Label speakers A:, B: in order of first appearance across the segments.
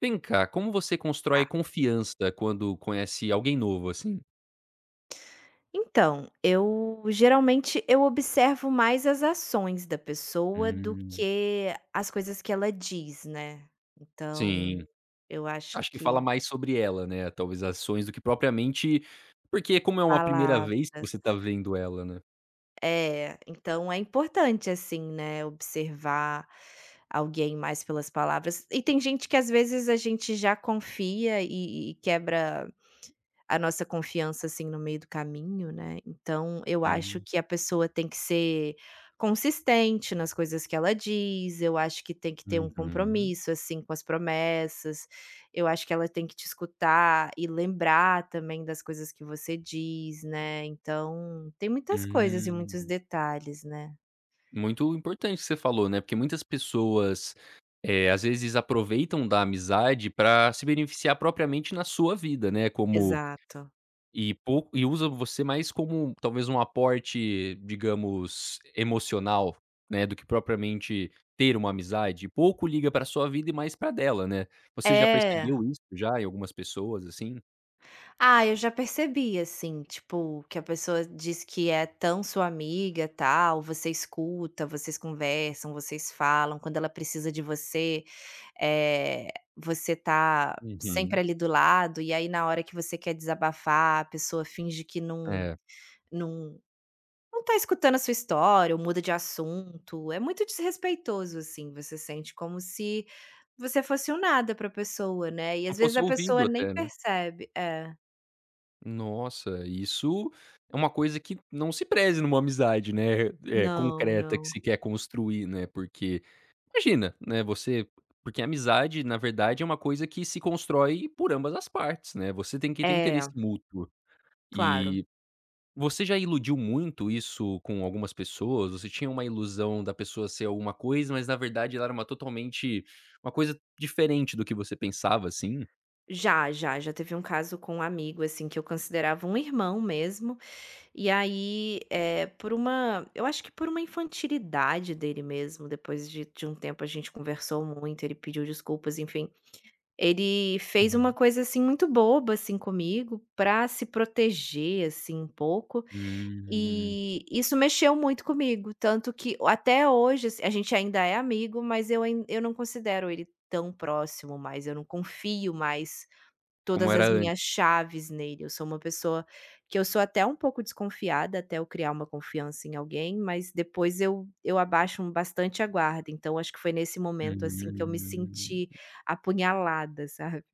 A: Vem cá, como você constrói
B: Tá.
A: confiança quando conhece alguém novo, assim?
B: Então, eu geralmente eu observo mais as ações da pessoa do
A: Hum.
B: que as coisas que ela diz, né.
A: Sim,
B: Então, eu acho
A: acho que fala
B: que
A: mais sobre ela, né, talvez ações do que propriamente, porque como é uma primeira vez que você tá
B: palavras
A: vendo ela, né.
B: então é importante, assim, né, observar alguém mais pelas palavras. E tem gente que às vezes a gente já confia e quebra a nossa confiança, assim, no meio do caminho, né, então eu acho
A: Hum,
B: que a pessoa tem que ser consistente nas coisas que ela diz, eu acho que tem que ter um
A: uhum,
B: compromisso, assim, com as promessas, eu acho que ela tem que te escutar e lembrar também das coisas que você diz, né, então tem muitas coisas e muitos
A: hum.
B: detalhes, né.
A: Muito importante o que você falou, né, porque muitas pessoas, às vezes aproveitam da amizade pra se beneficiar propriamente na sua vida, né, como
B: Exato.
A: e usa você mais como talvez um aporte, digamos, emocional, né, do que propriamente ter uma amizade, pouco liga pra sua vida e mais pra dela, né. Você já
B: É.
A: percebeu isso já em algumas pessoas, assim?
B: Ah, eu já percebi, assim, tipo, que a pessoa diz que é tão sua amiga, tal, você escuta, vocês conversam, vocês falam, quando ela precisa de você, eh, você tá sempre
A: Uhum.
B: ali do lado, e aí na hora que você quer desabafar, a pessoa finge que não
A: É,
B: não não tá escutando a sua história, ou muda de assunto, é muito desrespeitoso, assim, você sente como se você fosse um nada pra pessoa, né, e
A: não
B: às vezes
A: fosse
B: a
A: ouvido
B: pessoa nem
A: até, né.
B: percebe. É.
A: Nossa, isso é uma coisa que não se preze numa amizade, né, é
B: Não,
A: concreta que
B: não.
A: se quer construir, né, porque imagina, né, você, porque a amizade, na verdade, é uma coisa que se constrói por ambas as partes, né, você tem que ter interesse
B: É,
A: mútuo.
B: claro.
A: E você já iludiu muito isso com algumas pessoas? Você tinha uma ilusão da pessoa ser alguma coisa, mas na verdade ela era uma totalmente uma coisa diferente do que você pensava, assim?
B: Já, já, já teve um caso com um amigo, assim, que eu considerava um irmão mesmo, e aí, é por uma eu acho que por uma infantilidade dele mesmo, depois de um tempo a gente conversou muito, ele pediu desculpas, enfim. Ele fez uma
A: Uhum.
B: coisa, assim, muito boba, assim, comigo pra se proteger, assim, um pouco.
A: Hum,
B: E isso mexeu muito comigo, tanto que até hoje, assim, a gente ainda é amigo, mas eu não considero ele tão próximo mais, eu não confio mais
A: como
B: todas
A: era.
B: as minhas chaves nele. Eu sou uma pessoa que eu sou até um pouco desconfiada, até eu criar uma confiança em alguém, mas depois eu abaixo um bastante a guarda. Então acho que foi nesse
A: Hum.
B: momento, assim, que eu me senti apunhalada, sabe.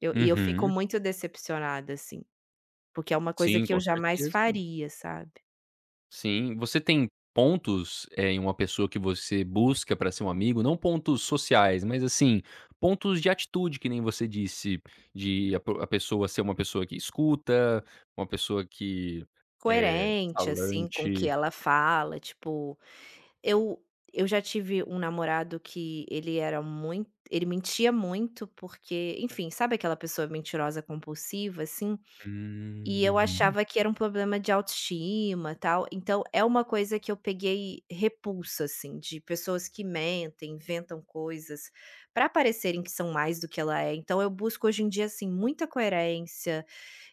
B: Eu e eu fico
A: Uhum.
B: muito decepcionada, assim, porque é uma coisa
A: Sim,
B: que
A: com
B: eu jamais
A: certeza.
B: faria, sabe.
A: Sim. Você tem pontos, em uma pessoa que você busca para ser um amigo, não pontos sociais, mas assim, pontos de atitude que nem você disse, de a pessoa ser uma pessoa que escuta, uma pessoa que é
B: Coerente, assim, com o que
A: falante.
B: ela fala, tipo, eu eu já tive um namorado que ele era muito ele mentia muito porque, enfim, sabe aquela pessoa mentirosa compulsiva, assim? E eu
A: Hum.
B: achava que era um problema de autoestima, tal. Então é uma coisa que eu peguei repulsa, assim, de pessoas que mentem, inventam coisas para parecerem que são mais do que ela é. Então eu busco hoje em dia, assim, muita coerência.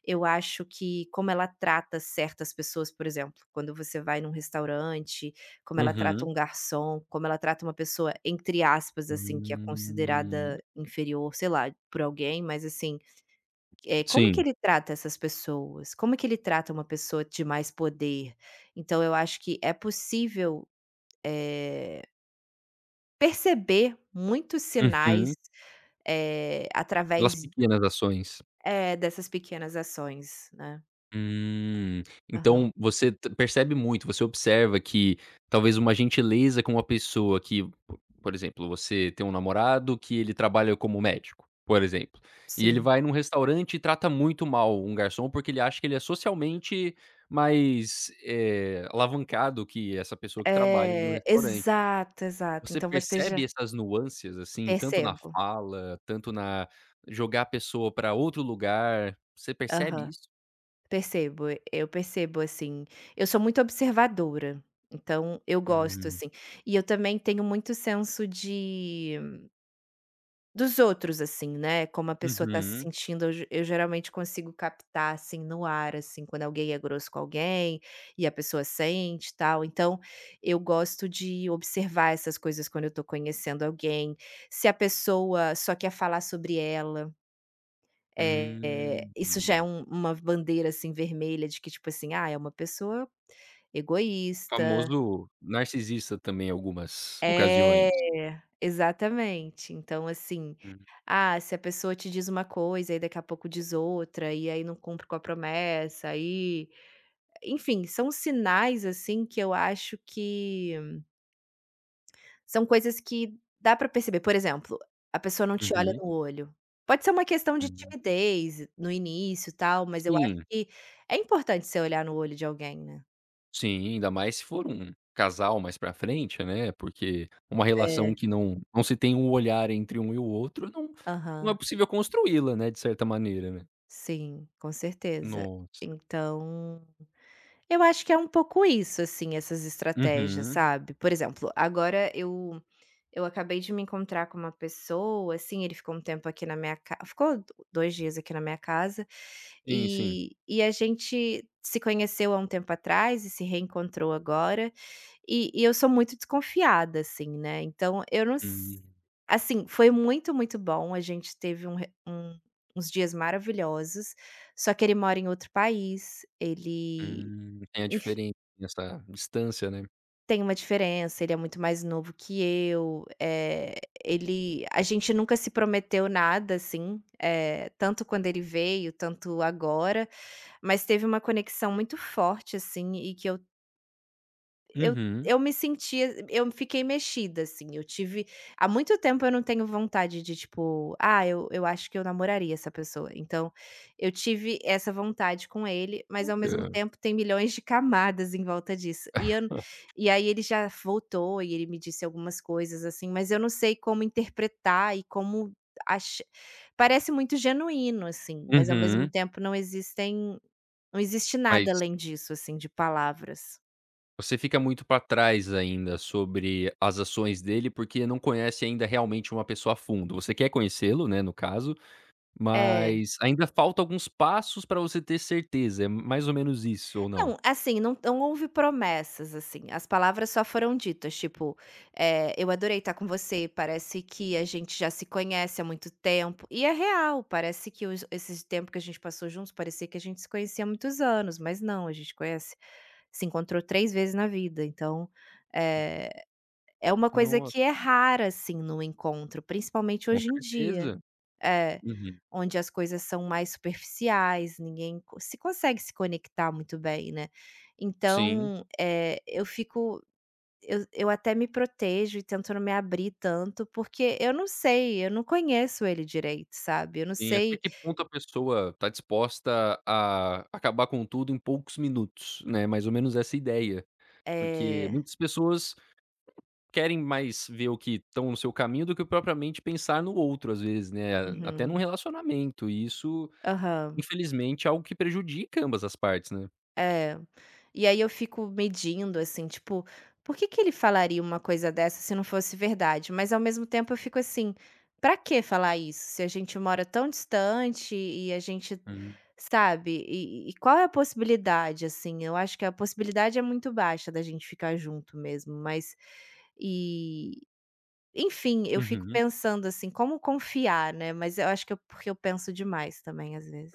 B: Eu acho que como ela trata certas pessoas, por exemplo, quando você vai num restaurante, como ela trata
A: Uhum.
B: um garçom, como ela trata uma pessoa, entre aspas, assim, que é
A: Hum.
B: considerada inferior, sei lá, por alguém, mas assim, é como que
A: Sim.
B: ele trata essas pessoas? Como que ele trata uma pessoa de mais poder? Então eu acho que é possível, eh, perceber muitos sinais,
A: Uhum. Pelas
B: através
A: pequenas ações.
B: é, dessas pequenas ações, né.
A: Hum,
B: Aham,
A: então você t percebe muito, você observa que talvez uma gentileza com uma pessoa que, po por exemplo, você tem um namorado que ele trabalha como médico, por exemplo, e ele
B: sim.
A: vai num restaurante e trata muito mal um garçom, porque ele acha que ele é socialmente mais, alavancado que essa pessoa que trabalha ali no
B: É,
A: restaurante.
B: exato, exato.
A: Você
B: Então você
A: percebe
B: já
A: essas nuances, assim, tanto na
B: percebo.
A: fala, tanto na jogar a pessoa para outro lugar, você percebe
B: Aham,
A: isso?
B: percebo. Eu percebo, assim, eu sou muito observadora, então eu gosto,
A: Hum.
B: assim. E eu também tenho muito senso de dos outros, assim, né, como a pessoa tá se
A: Uhum.
B: sentindo, eu geralmente consigo captar, assim, no ar, assim, quando alguém é grosso com alguém, e a pessoa sente e tal. Então, eu gosto de observar essas coisas quando eu tô conhecendo alguém. Se a pessoa só quer falar sobre ela, é
A: Hum.
B: isso já é uma bandeira, assim, vermelha de que, tipo assim, ah, é uma pessoa egoísta.
A: Famoso narcisista também em algumas
B: É,
A: ocasiões.
B: exatamente. Então, assim,
A: Hum.
B: ah, se a pessoa te diz uma coisa e daqui a pouco diz outra, e aí não cumpre com a promessa, aí enfim, são sinais, assim, que eu acho que são coisas que dá pra perceber. Por exemplo, a pessoa não te olha
A: Uhum,
B: no olho. Pode ser uma questão de
A: uhum.
B: timidez no início, e tal, mas eu acho
A: Sim,
B: que é importante você olhar no olho de alguém, né.
A: sim, ainda mais se for um casal mais pra frente, né, porque uma
B: É.
A: relação que não se tem um olhar entre um e o outro não é
B: Aham.
A: possível construí-la, né, de certa maneira, né.
B: Sim, com certeza.
A: Nossa.
B: Então eu acho que é um pouco isso, assim, essas estratégias,
A: Uhum.
B: sabe. Por exemplo, agora eu acabei de me encontrar com uma pessoa, assim, ele ficou um tempo aqui na minha casa, ficou do 2 dias aqui na minha casa,
A: Sim, sim.
B: e a gente se conheceu há um tempo atrás e se reencontrou agora, e eu sou muito desconfiada, assim, né, então eu não s
A: Hum,
B: assim, foi muito, muito bom, a gente teve um re um uns dias maravilhosos, só que ele mora em outro país, ele
A: Tem a
B: Enf
A: diferença, essa distância, né.
B: Tem uma diferença, ele é muito mais novo que eu, ele a gente nunca se prometeu nada, assim, tanto quando ele veio, tanto agora, mas teve uma conexão muito forte, assim, e que Eu
A: Uhum.
B: eu me sentia eu fiquei mexida, assim, eu tive há muito tempo eu não tenho vontade de tipo: "Ah, eu acho que eu namoraria essa pessoa". Então, eu tive essa vontade com ele, mas ao mesmo
A: Olha.
B: tempo tem milhões de camadas em volta disso. E eu e aí ele já voltou e ele me disse algumas coisas, assim, mas eu não sei como interpretar e como ach Parece muito genuíno, assim, mas ao mesmo
A: Uhum.
B: tempo não existe
A: Mas
B: nada além disso, assim, de palavras.
A: você fica muito para trás ainda sobre as ações dele, porque não conhece ainda realmente uma pessoa a fundo. Você quer conhecê-lo, né, no caso,
B: É.
A: mas ainda falta alguns passos para você ter certeza. É mais ou menos isso ou não?
B: Não, assim, não houve promessas, assim, as palavras só foram ditas, tipo, "Eu adorei estar com você, parece que a gente já se conhece há muito tempo", e é real, parece que os esses tempo que a gente passou juntos, parecia que a gente se conhecia há muitos anos, mas não, a gente conhece se encontrou 3 vezes na vida, então, eh, é uma coisa
A: No
B: que é rara, assim, no encontro, principalmente
A: Com
B: hoje em dia.
A: certeza.
B: É.
A: Uhum.
B: Onde as coisas são mais superficiais, ninguém co se consegue se conectar muito bem, né.
A: Sim,
B: Então, eu fico eu até me protejo e tento não me abrir tanto, porque eu não sei, eu não conheço ele direito, sabe. Eu não
A: sim. Até
B: sei,
A: que ponto a pessoa está disposta a acabar com tudo em poucos minutos, né, mais ou menos essa ideia. Porque
B: eh
A: muitas pessoas querem mais ver o que estão no seu caminho do que propriamente pensar no outro, às vezes, né, até num
B: uhum.
A: relacionamento, e isso,
B: Aham.
A: infelizmente, é algo que prejudica ambas as partes, né.
B: É. E aí eu fico medindo, assim, tipo, por que que ele falaria uma coisa dessa se não fosse verdade? Mas ao mesmo tempo eu fico assim, pra que falar isso? Se a gente mora tão distante e a gente,
A: Hum,
B: sabe? E qual é a possibilidade, assim? Eu acho que a possibilidade é muito baixa da gente ficar junto mesmo, mas. E, enfim, eu fico
A: uhum.
B: pensando assim, como confiar, né? Mas eu acho que eu, porque eu penso demais também, às vezes.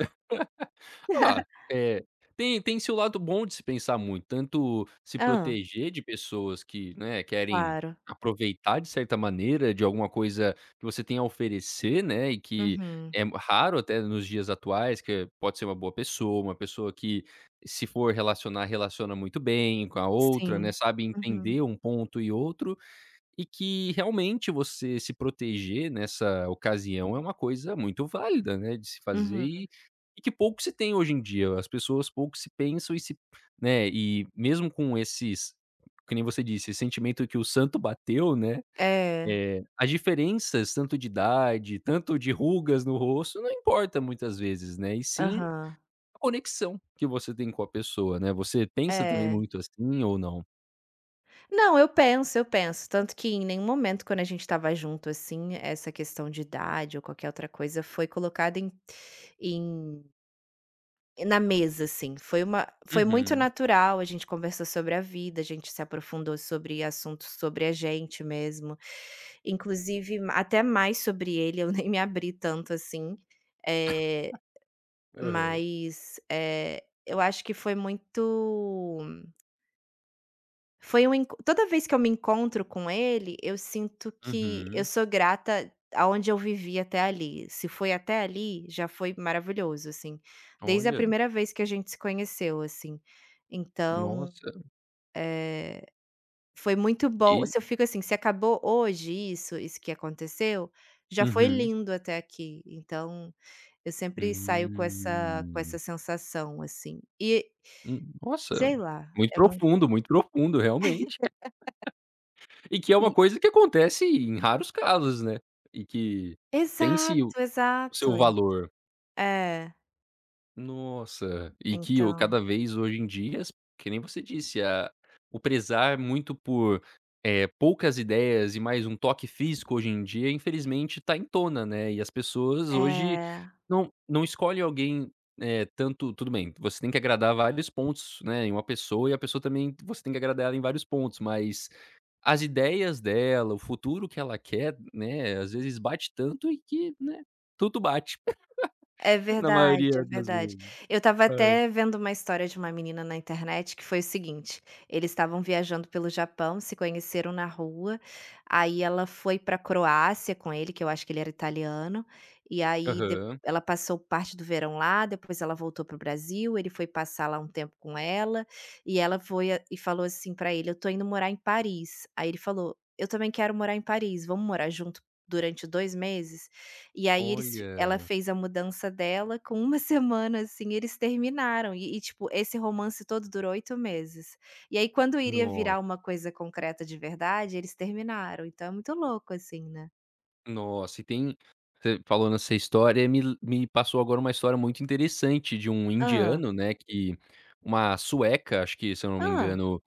A: Ah, é, tem seu lado bom de se pensar muito, tanto se
B: Ah,
A: proteger de pessoas que, né, querem
B: claro.
A: aproveitar de certa maneira de alguma coisa que você tem a oferecer, né, e que
B: Uhum.
A: é raro até nos dias atuais, que pode ser uma boa pessoa, uma pessoa que, se for relacionar, relaciona muito bem com a outra, né,
B: Sim.
A: sabe
B: Uhum,
A: entender um ponto e outro. E que realmente você se proteger nessa ocasião é uma coisa muito válida, né, de se fazer
B: uhum.
A: e que pouco se tem hoje em dia. As pessoas pouco se pensam e se, né, e mesmo com esses, que nem você disse, esse sentimento que o santo bateu, né,
B: É.
A: é as diferenças tanto de idade, tanto de rugas no rosto, não importa muitas vezes, né, e sim
B: Aham.
A: a conexão que você tem com a pessoa, né. Você pensa também
B: É.
A: muito assim ou não?
B: Não, eu penso, eu penso. Tanto que em nenhum momento quando a gente estava junto, assim, essa questão de idade ou qualquer outra coisa foi colocada em na mesa, assim. Foi muito
A: Uhum.
B: natural, a gente conversou sobre a vida, a gente se aprofundou sobre assuntos sobre a gente mesmo. Inclusive até mais sobre ele, eu nem me abri tanto assim. Eh
A: Aham.
B: Mas eu acho que foi muito foi um enco toda vez que eu me encontro com ele, eu sinto que eu
A: Uhum.
B: sou grata aonde eu vivi até ali. Se foi até ali, já foi maravilhoso, assim, desde a
A: Olha.
B: primeira vez que a gente se conheceu, assim. Então,
A: Nossa,
B: eh, foi muito bom
A: e
B: se eu fico assim: "Se acabou hoje isso, isso que aconteceu, já foi
A: uhum.
B: lindo até aqui". Então, eu sempre saio com essa com
A: Hum.
B: essa sensação, assim. E
A: Nossa,
B: sei lá, é muito
A: muito profundo, realmente. E que é uma
B: e
A: coisa que acontece em raros casos, né, e que tem sim o
B: exato,
A: o
B: exato.
A: seu valor.
B: É,
A: Nossa, e que o
B: então,
A: cada vez hoje em dia, que nem você disse, a o prezar muito por, poucas ideias e mais um toque físico hoje em dia, infelizmente tá em tona, né, e as pessoas hoje
B: é.
A: não escolhem alguém, tanto tudo bem, você tem que agradar vários pontos, né, em uma pessoa e a pessoa também você tem que agradar ela em vários pontos, mas as ideias dela, o futuro que ela quer, né, às vezes bate tanto e que, né, tudo bate
B: É
A: na
B: verdade, é
A: maioria das
B: verdade.
A: vezes.
B: Eu estava até vendo uma história de uma menina na internet que foi o seguinte: eles estavam viajando pelo Japão, se conheceram na rua, aí ela foi pra Croácia com ele, que eu acho que ele era italiano, e aí de
A: Aham.
B: ela passou parte do verão lá, depois ela voltou pro Brasil, ele foi passar lá um tempo com ela, e ela foi a e falou assim pra ele: "Eu tô indo morar em Paris". Aí ele falou: "Eu também quero morar em Paris, vamos morar junto durante 2 meses?". E aí eles ela
A: Olha,
B: fez a mudança dela, com uma semana, assim, eles terminaram e, tipo, esse romance todo durou 8 meses. E aí quando iria virar
A: nossa,
B: uma coisa concreta de verdade, eles terminaram, então é muito louco, assim, né.
A: nossa, e tem você falando essa história me passou agora uma história muito interessante de um
B: Hã,
A: indiano, né, que uma sueca, acho que, se eu não me
B: hã,
A: engano,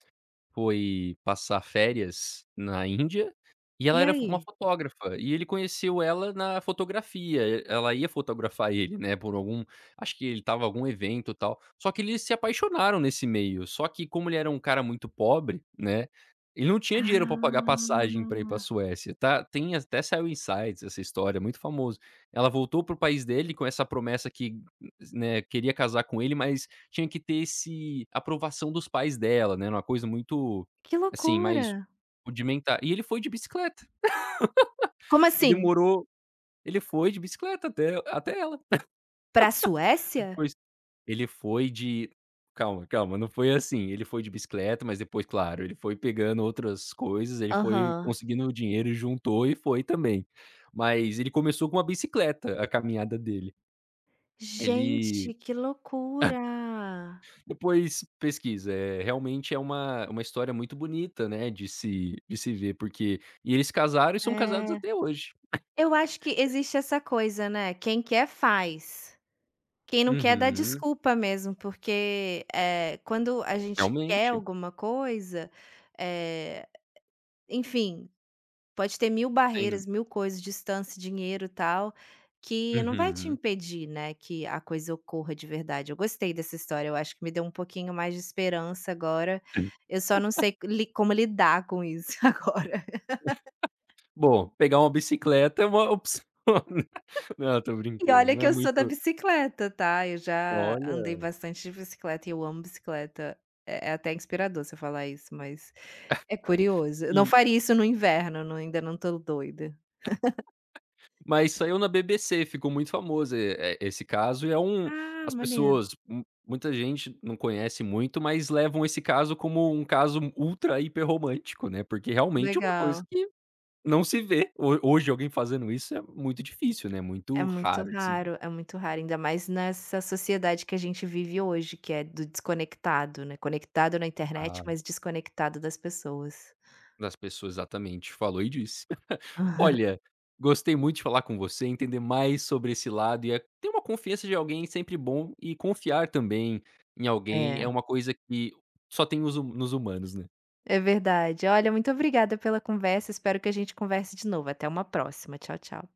A: foi passar férias na Índia, e ela
B: e
A: era uma
B: aí?
A: fotógrafa, e ele conheceu ela na fotografia, e ela ia fotografar ele, né, por algum, acho que ele estava algum evento, e tal. Só que eles se apaixonaram nesse meio, só que como ele era um cara muito pobre, né, ele não tinha dinheiro para pagar passagem para ir para
B: Ah,
A: Suécia, tá, tem até saiu insights essa história, muito famoso. Ela voltou pro país dele com essa promessa que, né, queria casar com ele, mas tinha que ter esse aprovação dos pais dela, né, era uma coisa muito,
B: que
A: assim,
B: loucura.
A: mais rudimentar. E ele foi de bicicleta,
B: Como assim?
A: demorou, ele foi de bicicleta até ela,
B: Pra Suécia?
A: depois ele foi de calma, calma, não foi assim, ele foi de bicicleta, mas depois, claro, ele foi pegando outras coisas, ele foi
B: Aham.
A: conseguindo o dinheiro e juntou e foi também. Mas ele começou com uma bicicleta, a caminhada dele. Ele
B: Gente, que loucura.
A: depois pesquisa, é realmente é uma história muito bonita, né, de se ver, porque e eles casaram e são casados
B: É,
A: até hoje.
B: eu acho que existe essa coisa, né, quem quer faz. Quem não quer dá
A: Uhum,
B: desculpa mesmo, porque, quando a gente quer
A: realmente,
B: alguma coisa, eh, enfim, pode ter 1000
A: tem.
B: barreiras, 1000 coisas, distância, dinheiro, e tal, que não vai te
A: Uhum.
B: impedir, né, que a coisa ocorra de verdade. Eu gostei dessa história, eu acho que me deu um pouquinho mais de esperança agora, eu só não sei li como lidar com isso agora.
A: Bom, pegar uma bicicleta é uma opção, né. Não, tô
B: E
A: brincando,
B: olha
A: não
B: que
A: é
B: eu sou da
A: muito,
B: bicicleta, tá, eu já andei
A: olha,
B: bastante de bicicleta e eu amo bicicleta. É até inspirador você falar isso, mas é curioso. Eu não faria isso no inverno, não ainda não tô doida.
A: mas saiu na BBC, ficou muito famoso, esse caso e é um
B: Ah,
A: as
B: maneiro.
A: pessoas mu muita gente não conhece muito, mas levam esse caso como um caso ultra hiper romântico, né, porque realmente é uma coisa
B: Legal.
A: que não se vê. Ho Hoje alguém fazendo isso é muito difícil, né, muito raro de se,
B: É muito raro, ainda mais nessa sociedade que a gente vive hoje, que é do desconectado, né, conectado na internet,
A: ah,
B: mas desconectado das pessoas.
A: das pessoas exatamente falou e disse. Olha, gostei muito de falar com você, entender mais sobre esse lado, e a ter uma confiança de alguém é sempre bom e confiar também em alguém é
B: É,
A: uma coisa que só tem os nos humanos, né.
B: é verdade. Olha, muito obrigada pela conversa, espero que a gente converse de novo. Até uma próxima. Tchau, tchau.